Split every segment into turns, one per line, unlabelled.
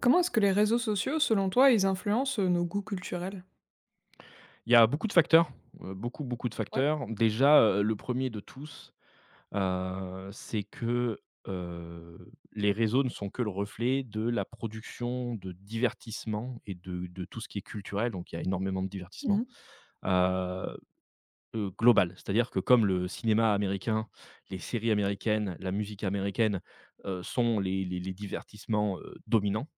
Comment est-ce que les réseaux sociaux, selon toi, ils influencent, nos goûts culturels?
Il y a beaucoup de facteurs, beaucoup, beaucoup de
Ouais?
facteurs. Déjà, le premier de tous, c'est que, les réseaux ne sont que le reflet de la production de divertissement et de tout ce qui est culturel, donc il y a énormément de divertissement.
Mmh.
Euh, global, c'est-à-dire que comme le cinéma américain, les séries américaines, la musique américaine, sont les divertissements, dominants,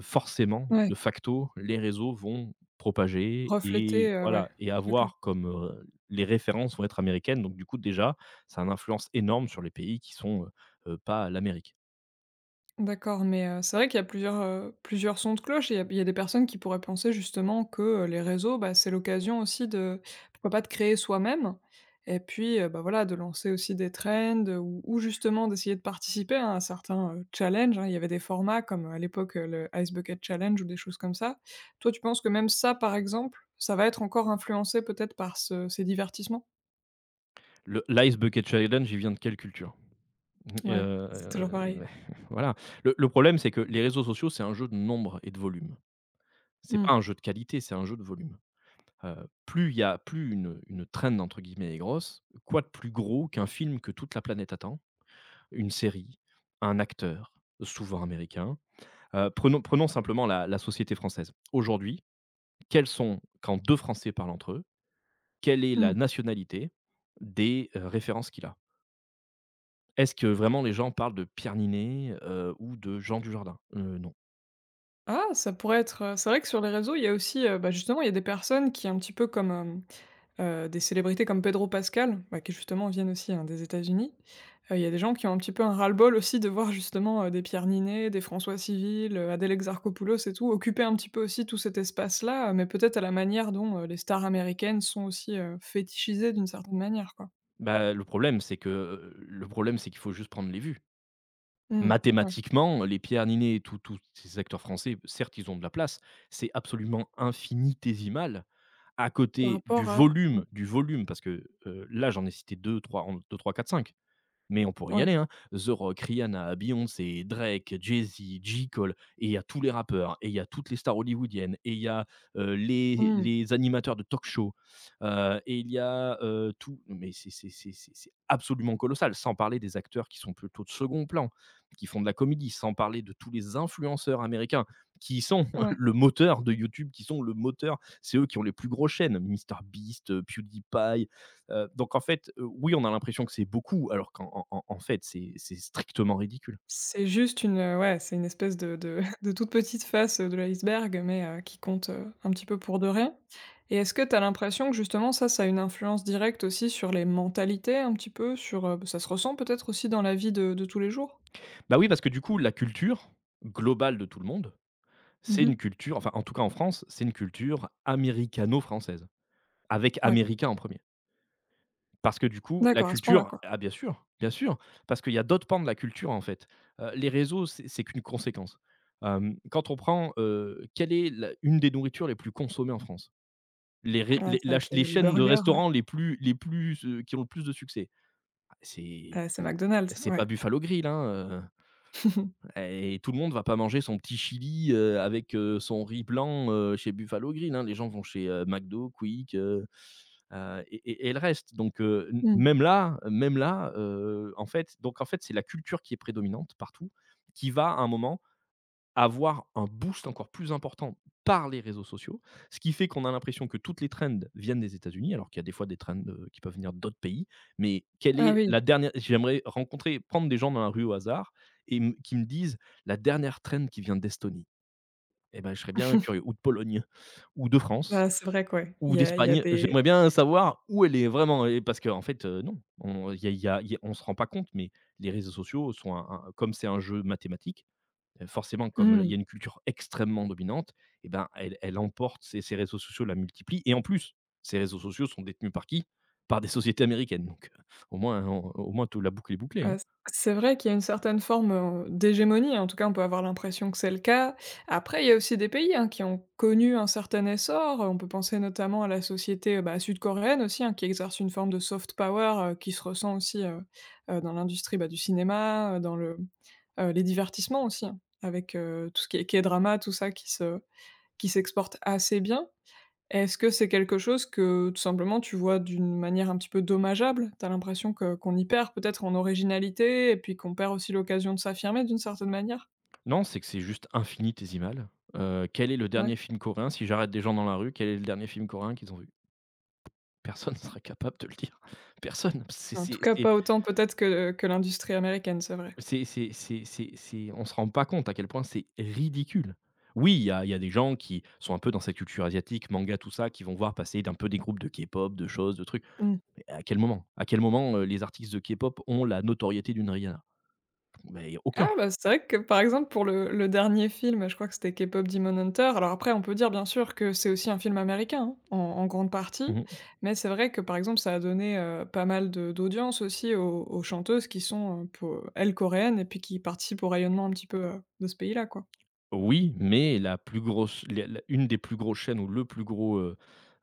forcément,
Ouais,
de facto, les réseaux vont propager
refléter,
et
ouais,
voilà et
ce truc-là.
avoir comme, les références vont être américaines donc du coup déjà, ça a une influence énorme sur les pays qui sont, pas l'Amérique.
D'accord, mais c'est vrai qu'il y a plusieurs, plusieurs sons de cloche et il y a des personnes qui pourraient penser justement que, les réseaux, bah, c'est l'occasion aussi de pourquoi pas de créer soi-même et puis, bah, voilà, de lancer aussi des trends, ou justement d'essayer de participer hein, à un certain, challenge, hein. Il y avait des formats comme, à l'époque, le Ice Bucket Challenge ou des choses comme ça. Toi, tu penses que même ça, par exemple, ça va être encore influencé peut-être par ce ces divertissements?
Le l'ice bucket challenge, il vient de quelle culture?
Ouais,
Heu,
c'est toujours pareil.
voilà. Le problème, c'est que les réseaux sociaux, c'est un jeu de nombre et de volume. C'est
Mmh.
pas un jeu de qualité, c'est un jeu de volume. Plus il y a plus une «traîne» entre guillemets est grosse, quoi de plus gros qu'un film que toute la planète attend? Une série, un acteur, souvent américain. Prenons simplement la société française. Aujourd'hui, quels sont quand 2 Français parlent entre eux, quelle est la
Mmh.
nationalité des, références qu'il a? Est-ce que vraiment les gens parlent de Pierre Niney, ou de Jean Dujardin? Non.
Ah, ça pourrait être, c'est vrai que sur les réseaux, il y a aussi, bah, justement, il y a des personnes qui un petit peu comme, des célébrités comme Pedro Pascal, bah, qui justement viennent aussi, hein, des États-Unis. Il y a des gens qui ont un petit peu un ras-le-bol aussi de voir justement, des Pierre Niney, des François Civil, Adèle Exarchopoulos et tout, occuper un petit peu aussi tout cet espace-là, mais peut-être à la manière dont, les stars américaines sont aussi, fétichisées d'une certaine manière, quoi.
Bah, le problème c'est que, le problème c'est qu'il faut juste prendre les vues.
Mmh, ouais,
Mathématiquement, les Pierre Niney et tous ces acteurs français, certes, ils ont de la place. C'est absolument infinitésimal à
par
côté du
rapport à mmh,
volume du volume parce que, là, j'en ai cité deux trois en 2-3-4-5, mais on pourrait y
ouais,
aller, hein. The Rock, Rihanna, Beyoncé, Drake, Jay-Z, J. Cole et il y a tous les rappeurs et il y a toutes les stars hollywoodiennes et il y a, les
mmh,
les animateurs de talk show, et il y a, tout mais c'est absolument colossal. Sans parler des acteurs qui sont plutôt de second plan, qui font de la comédie, sans parler de tous les influenceurs américains qui sont
ouais.
le moteur de YouTube, qui sont le moteur. C'est eux qui ont les plus grosses chaînes, MrBeast, PewDiePie, donc en fait, oui, on a l'impression que c'est beaucoup, alors qu'en en, en fait, c'est strictement ridicule.
C'est juste une, ouais, c'est une espèce de de toute petite face, de l'iceberg, mais qui compte, un petit peu pour de rien et est-ce que tu as l'impression que justement ça, ça a une influence directe aussi sur les mentalités un petit peu? Sur, bah, ça se ressent peut-être aussi dans la vie de tous les jours?
Bah oui, parce que du coup, la culture globale de tout le monde, c'est
Mmh mh.
une culture, enfin en tout cas en France, c'est une culture américano-française, avec
Ouais.
américain en premier. Parce que du coup, la
D'accord, à ce point-là,
culture,
quoi.
ah bien sûr, parce qu'il y a d'autres pans de la culture en fait. Les réseaux, c'est qu'une conséquence. Quand on prend, quelle est une des nourritures les plus consommées en France, les,
Ouais,
ré- les-
ça va
la ch-
être
les
les les
chaînes de
burgers, ouais.
restaurants les plus, qui ont le plus de succès. C'est
Ouais, c'est McDonald's,
c'est
ouais.
pas Buffalo Grill, hein, et tout le monde va pas manger son petit chili, avec, son riz blanc, chez Buffalo Grill, hein. Les gens vont chez, McDo, Quick, et et le reste donc m
Mmh.
même là, en fait, c'est la culture qui est prédominante partout, qui va à un moment avoir un boost encore plus important par les réseaux sociaux, ce qui fait qu'on a l'impression que toutes les trends viennent des États-Unis, alors qu'il y a des fois des trends, qui peuvent venir d'autres pays. Mais quelle
Ah
est
oui.
la dernière j'aimerais rencontrer prendre des gens dans la rue au hasard et me qui me disent la dernière trend qui vient d'Estonie. Et ben, je serais bien curieux ou de Pologne ou de France
Ah, c'est vrai que ouais, il
ou
y a il y a
d'Espagne.
des
J'aimerais bien savoir où elle est vraiment et parce qu'en en fait, non, on il y a on se rend pas compte, mais les réseaux sociaux sont un comme c'est un jeu mathématique. Forcément, comme il
mmh.
y a une culture extrêmement dominante et ben, elle emporte ces réseaux sociaux la multiplie. Et en plus, ces réseaux sociaux sont détenus par qui? Par des sociétés américaines donc au moins tout la boucle est bouclée, hein.
Heu, c c'est vrai qu'il y a une certaine forme, d'hégémonie, hein. En tout cas on peut avoir l'impression que c'est le cas. Après il y a aussi des pays, hein, qui ont connu un certain essor, on peut penser notamment à la société, bah, sud-coréenne aussi, hein, qui exerce une forme de soft power, qui se ressent aussi, dans l'industrie, bah, du cinéma, dans le, les divertissements aussi, hein, avec, tout ce qui est K-drama, tout ça qui se qui s'exporte assez bien. Est-ce que c'est quelque chose que, tout simplement, tu vois d'une manière un petit peu dommageable? T'as l'impression que qu'on y perd peut-être en originalité et puis qu'on perd aussi l'occasion de s'affirmer d'une certaine manière?
Non, c'est que c'est juste infinitésimal. Quel est le
Ouais.
dernier film coréen? Si j'arrête des gens dans la rue, quel est le dernier film coréen qu'ils ont vu? Personne ne sera capable de le dire. Personne. C'est
En tout
c'est
cas,
c'est
pas autant peut-être que l'industrie américaine, c'est vrai.
C'est c'est c'est c'est c'est on se rend pas compte à quel point c'est ridicule. Oui, il y a des gens qui sont un peu dans cette culture asiatique, manga, tout ça, qui vont voir passer d'un peu des groupes de K-pop, de choses, de trucs.
Mmh.
Mais à quel moment? À quel moment, les artistes de K-pop ont la notoriété d'une Rihanna? Beh, aucun.
Ah bah, c'est vrai que par exemple pour le dernier film, je crois que c'était K-Pop Demon Hunter, alors après on peut dire bien sûr que c'est aussi un film américain, hein, en grande partie,
Mmh.
mais c'est vrai que par exemple ça a donné, pas mal de d'audience aussi aux chanteuses qui sont, po elles coréennes et puis qui participent au rayonnement un petit peu, de ce pays-là quoi.
Oui, mais la plus grosse les la une des plus grosses chaînes ou le plus gros, heu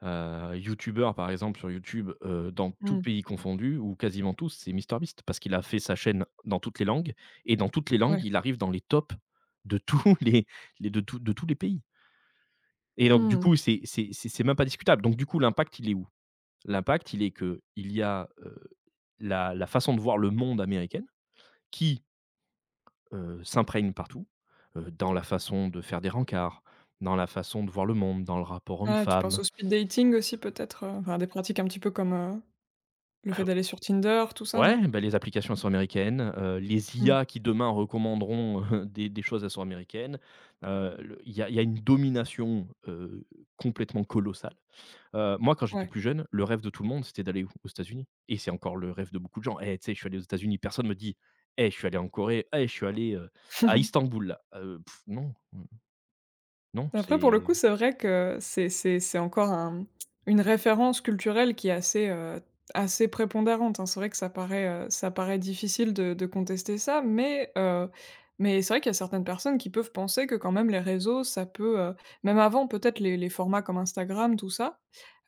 heu, youtubeur, par exemple, sur YouTube, dans tous
Mmh.
pays confondus ou quasiment tous, c'est MrBeast parce qu'il a fait sa chaîne dans toutes les langues et dans toutes les langues,
Ouais.
il arrive dans les tops de tous les de tous les pays et donc du
Mmh.
coup, c'est même pas discutable donc du coup, l'impact, il est où? L'impact, il est que il y a, la façon de voir le monde américaine qui s'imprègne partout, dans la façon de faire des rencarts, dans la façon de voir le monde, dans le rapport
Ah tu penses
homme-femme.
au speed dating aussi peut-être, enfin des pratiques un petit peu comme, le fait
Bah,
d'aller sur Tinder, tout ça, non?
ouais, bah, les applications, elles sont américaines, les
Mmh.
IA qui demain recommanderont, des choses, elles sont américaines. Le il y a une domination, complètement colossale. Moi, quand j'étais
Ouais.
plus jeune, le rêve de tout le monde, c'était d'aller où? Aux États-Unis et c'est encore le rêve de beaucoup de gens. Eh, tu sais, je suis allé aux États-Unis, personne me dit: «Eh, je suis allé en Corée, eh, je suis allé, à Istanbul là». Non, non,
Après, pour le coup,
c'est.
c'est vrai que c'est encore un une référence culturelle qui est assez, assez prépondérante, hein. C'est vrai que ça paraît difficile de contester ça, mais c'est vrai qu'il y a certaines personnes qui peuvent penser que quand même les réseaux, ça peut, même avant peut-être les formats comme Instagram, tout ça,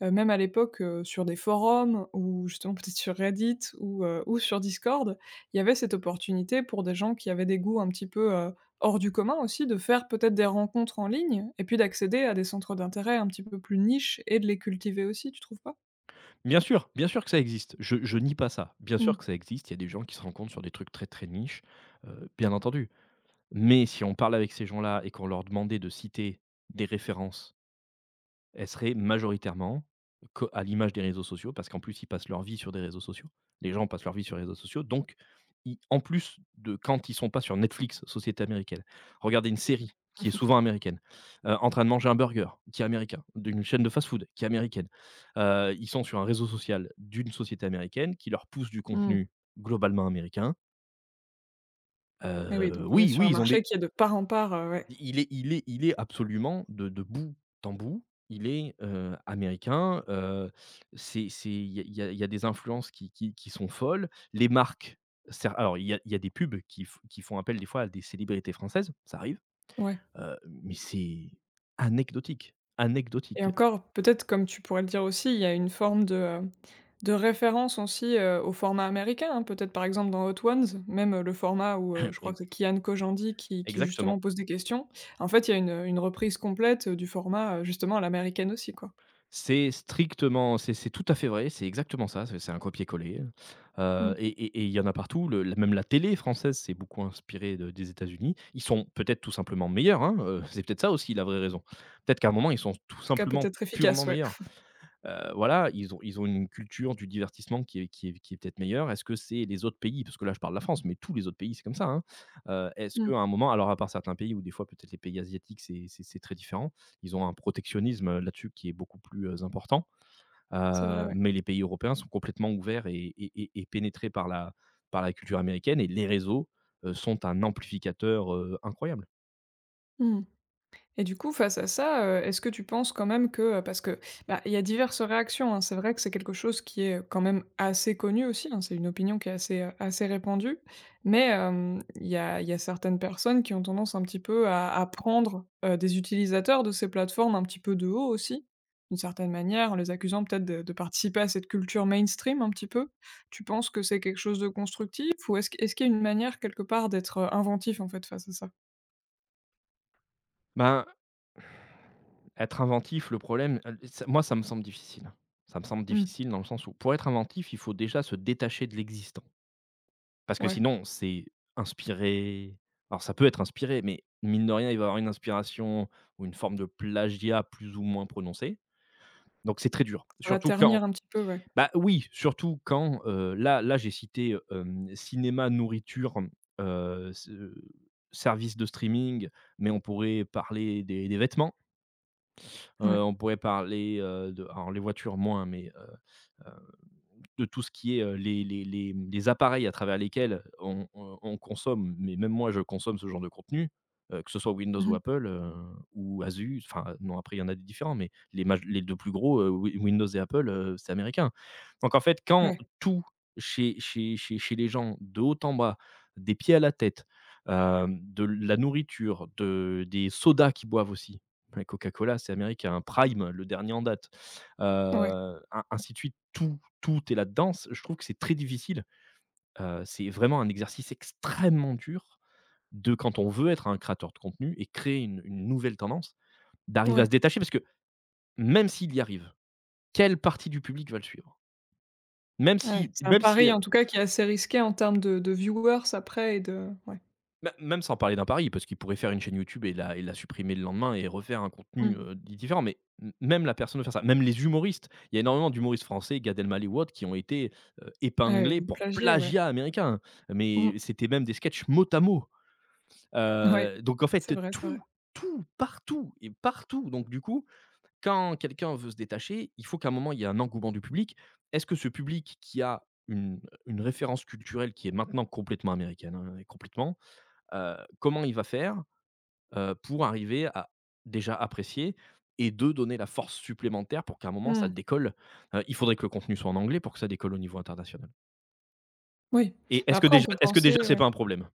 même à l'époque, sur des forums ou justement peut-être sur Reddit ou sur Discord, il y avait cette opportunité pour des gens qui avaient des goûts un petit peu, hors du commun aussi de faire peut-être des rencontres en ligne et puis d'accéder à des centres d'intérêt un petit peu plus niches et de les cultiver aussi, tu trouves pas?
Bien sûr que ça existe. Je nie pas ça. Bien
Mmh.
sûr que ça existe, il y a des gens qui se rencontrent sur des trucs très, très niches, bien entendu. Mais si on parle avec ces gens-là et qu'on leur demandait de citer des références elle serait majoritairement co à l'image des réseaux sociaux, parce qu'en plus, ils passent leur vie sur des réseaux sociaux. Les gens passent leur vie sur les réseaux sociaux, donc ils en plus de quand ils sont pas sur Netflix, société américaine, regarder une série qui est souvent américaine, en train de manger un burger qui est américain, d'une chaîne de fast-food qui est américaine. Ils sont sur un réseau social d'une société américaine qui leur pousse du
Mmh.
contenu globalement américain.
Et oui,
Heu,
donc on est
oui,
sur un
oui, ils ont
marché
des
qui est de part en part, ouais,
il est il est il est absolument de bout en bout, il est, américain, c'est il y a il y a il y a des influences qui sont folles. Les marques, cer alors il y a des pubs qui font appel des fois à des célébrités françaises, ça arrive,
ouais
heu, mais c'est anecdotique,
et
anecdotique.
encore peut-être comme tu pourrais le dire aussi, il y a une forme de référence aussi, au format américain, hein. Peut-être par exemple dans Hot Ones, même, le format où, je crois que c'est Kian Kojandi qui
Exactement.
justement pose des questions. En fait, il y a une reprise complète, du format, justement à l'américaine aussi, quoi.
C'est strictement c'est tout à fait vrai, c'est exactement ça, c'est un copier-coller,
Mmh.
et il y en a partout. Même la télé française s'est beaucoup inspirée de des États-Unis. Ils sont peut-être tout simplement meilleurs, hein, c'est peut-être ça aussi la vraie raison. Peut-être qu'à un moment, ils sont tout
En tout cas
simplement
peut-être efficace,
purement
ouais.
meilleurs. Voilà, ils ont une culture du divertissement qui est peut-être meilleure. Est-ce que c'est les autres pays? Parce que là, je parle de la France, mais tous les autres pays, c'est comme ça, hein. Est-ce
Mmh.
qu'à un moment alors à part certains pays où des fois peut-être les pays asiatiques, c'est très différent. Ils ont un protectionnisme, là-dessus qui est beaucoup plus, important.
C'est vrai,
Heu,
ouais.
mais les pays européens sont complètement ouverts et pénétrés par la culture américaine et les réseaux, sont un amplificateur, incroyable.
Mmh. Et du coup, face à ça, est-ce que tu penses quand même que, parce que, bah, il y a diverses réactions, hein, c'est vrai que c'est quelque chose qui est, quand même assez connu aussi, hein, c'est une opinion qui est assez, assez répandue. Mais, il y a certaines personnes qui ont tendance un petit peu à prendre, des utilisateurs de ces plateformes un petit peu de haut aussi, d'une certaine manière, en les accusant peut-être de participer à cette culture mainstream un petit peu. Tu penses que c'est quelque chose de constructif ou est-ce qu'il y a une manière quelque part d'être, inventif en fait face à ça?
Ben. Être inventif, le problème, ça moi, ça me semble difficile. Ça me semble
Mmh,
difficile dans le sens où, pour être inventif, il faut déjà se détacher de l'existant. Parce que
ouais.
sinon, c'est inspiré alors ça peut être inspiré, mais mine de rien, il va y avoir une inspiration ou une forme de plagiat plus ou moins prononcée. Donc c'est très dur.
Ça va
Surtout
ternir
quand
un petit peu, ouais.
bah, oui, surtout quand, là, j'ai cité, cinéma, nourriture, se services de streaming, mais on pourrait parler des vêtements.
Ouais.
On pourrait parler, de alors les voitures moins, mais de tout ce qui est, les les appareils à travers lesquels on consomme, mais même moi, je consomme ce genre de contenu, que ce soit Windows ou
Mmh.
Apple, ou Asus, enfin, non, après, il y en a des différents, mais les 2 plus gros, Wi Windows et Apple, c'est américain. Donc en fait, quand
Ouais.
tout chez les gens, de haut en bas, des pieds à la tête, de la nourriture, de des sodas qu'ils boivent aussi. Bah, Coca-Cola, c'est américain, Prime, le dernier en date,
Ouais.
ainsi de suite. Tout est là-dedans. C Je trouve que c'est très difficile. C'est vraiment un exercice extrêmement dur de quand on veut être un créateur de contenu et créer une nouvelle tendance, d'arriver à
Ouais.
se détacher parce que même s'il y arrive, quelle partie du public va le suivre? Même
Ouais.
si
C'est un
même si,
pari, en
euh,
tout cas, qui est assez risqué en termes de viewers après et de ouais.
Mê même sans parler d'un pari, parce qu'il pourrait faire une chaîne YouTube et la supprimer le lendemain et refaire un contenu,
Mmh.
di différent. Mais m même la personne de faire ça, même les humoristes. Il y a énormément d'humoristes français, Gad Elmaleh ou autres, qui ont été
Ah ouais,
épinglés
de
pour
plagier, ouais.
plagiat américain.
Mmh.
Mais c'était même des sketchs mot à mot.
Ouais.
Donc en
C'est
fait,
vrai, c'est
tout,
vrai.
tout, partout et partout. Donc du coup, quand quelqu'un veut se détacher, il faut qu'à un moment, il y ait un engouement du public. Est-ce que ce public qui a une référence culturelle qui est maintenant complètement américaine, hein, complètement, comment il va faire, pour arriver à déjà apprécier et de donner la force supplémentaire pour qu'à un moment ça
Mmh.
décolle? Il faudrait que le contenu soit en anglais pour que ça décolle au niveau international
Oui.
et
Mais après on peut
est-ce que déjà
penser
c'est
ouais.
pas un problème?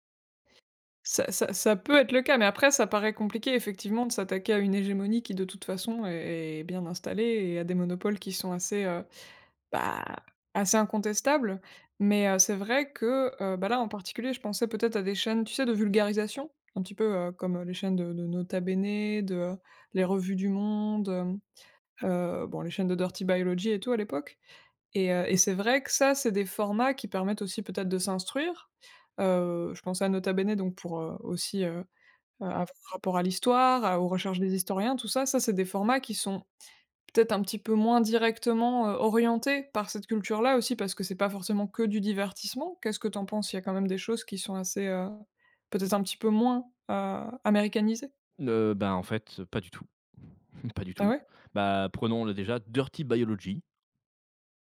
Ça peut être le cas, mais après ça paraît compliqué effectivement de s'attaquer à une hégémonie qui de toute façon est bien installée et à des monopoles qui sont assez, bah, assez incontestable, mais c'est vrai que, bah, là, en particulier, je pensais peut-être à des chaînes, tu sais, de vulgarisation, un petit peu, comme, les chaînes de Nota Bene, de, les revues du monde, bon, les chaînes de Dirty Biology et tout à l'époque et c'est vrai que ça, c'est des formats qui permettent aussi peut-être de s'instruire. Je pensais à Nota Bene donc pour, aussi, avoir un rapport à l'histoire, à aux recherches des historiens, tout ça. Ça, c'est des formats qui sont peut-être un petit peu moins directement, orienté par cette culture-là aussi, parce que c'est pas forcément que du divertissement. Qu'est-ce que t'en penses? Il y a quand même des choses qui sont assez, peut-être un petit peu moins, américanisées?
Bah, en fait, pas du tout, pas du
Ah
tout.
ouais?
Bah, prenons le déjà Dirty Biology,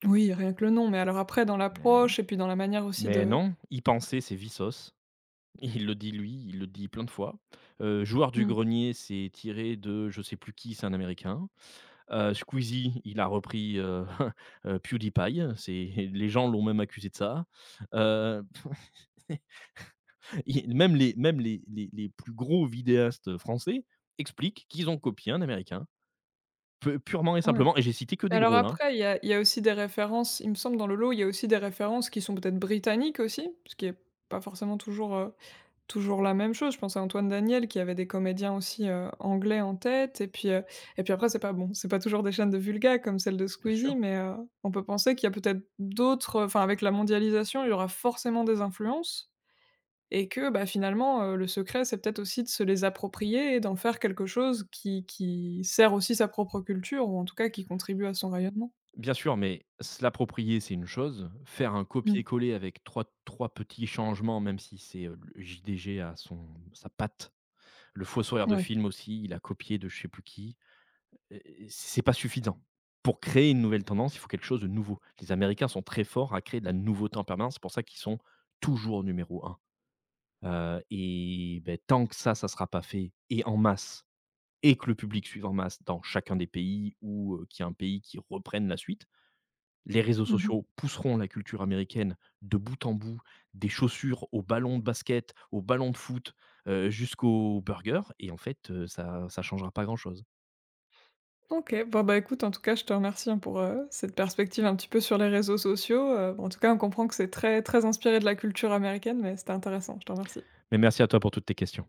Oui, rien que le nom, mais alors après dans
Mmh.
l'approche et puis dans la manière aussi
Mais
de
non, y penser c'est Vsauce, il le dit lui, il le dit plein de fois. Joueur du
mmh,
grenier, c'est tiré de je sais plus qui, c'est un américain. Squeezie, il a repris, PewDiePie, c'est les gens l'ont même accusé de ça. Heu, il même les plus gros vidéastes français expliquent qu'ils ont copié un américain, pu purement et
ouais.
simplement et j'ai cité que des
Alors
gros là, hein.
après il y a aussi des références, il me semble dans le lot, il y a aussi des références qui sont peut-être britanniques aussi, ce qui est pas forcément toujours, toujours la même chose, je pense à Antoine Daniel qui avait des comédiens aussi, anglais en tête et puis après c'est pas bon, c'est pas toujours des chaînes de vulga comme celle de
Bien sûr.
Squeezie mais, on peut penser qu'il y a peut-être d'autres, enfin avec la mondialisation, il y aura forcément des influences et que, bah, finalement, le secret c'est peut-être aussi de se les approprier et d'en faire quelque chose qui sert aussi sa propre culture ou en tout cas qui contribue à son rayonnement.
Bien sûr, mais se l'approprier, c'est une chose, faire un
Mmh,
copier-coller avec trois petits changements, même si c'est, le JDG à son sa patte. Le faux sourire de
ouais.
film aussi, il a copié de je sais plus qui. Heu, c'est pas suffisant. Pour créer une nouvelle tendance, il faut quelque chose de nouveau. Les Américains sont très forts à créer de la nouveauté en permanence, c'est pour ça qu'ils sont toujours numéro un. Et beh, tant que ça sera pas fait et en masse et que le public suive en masse dans chacun des pays ou qu'il y a un pays qui reprenne la suite, les réseaux
Mmh.
sociaux pousseront la culture américaine de bout en bout, des chaussures aux ballons de basket, aux ballons de foot, jusqu'aux burgers et en fait, ça ne changera pas grand-chose.
OK. Bon, bah, écoute, en tout cas, je te remercie, hein, pour, cette perspective un petit peu sur les réseaux sociaux, bon, en tout cas, on comprend que c'est très, très inspiré de la culture américaine, mais c'était intéressant. Je te remercie.
Mais merci à toi pour toutes tes questions.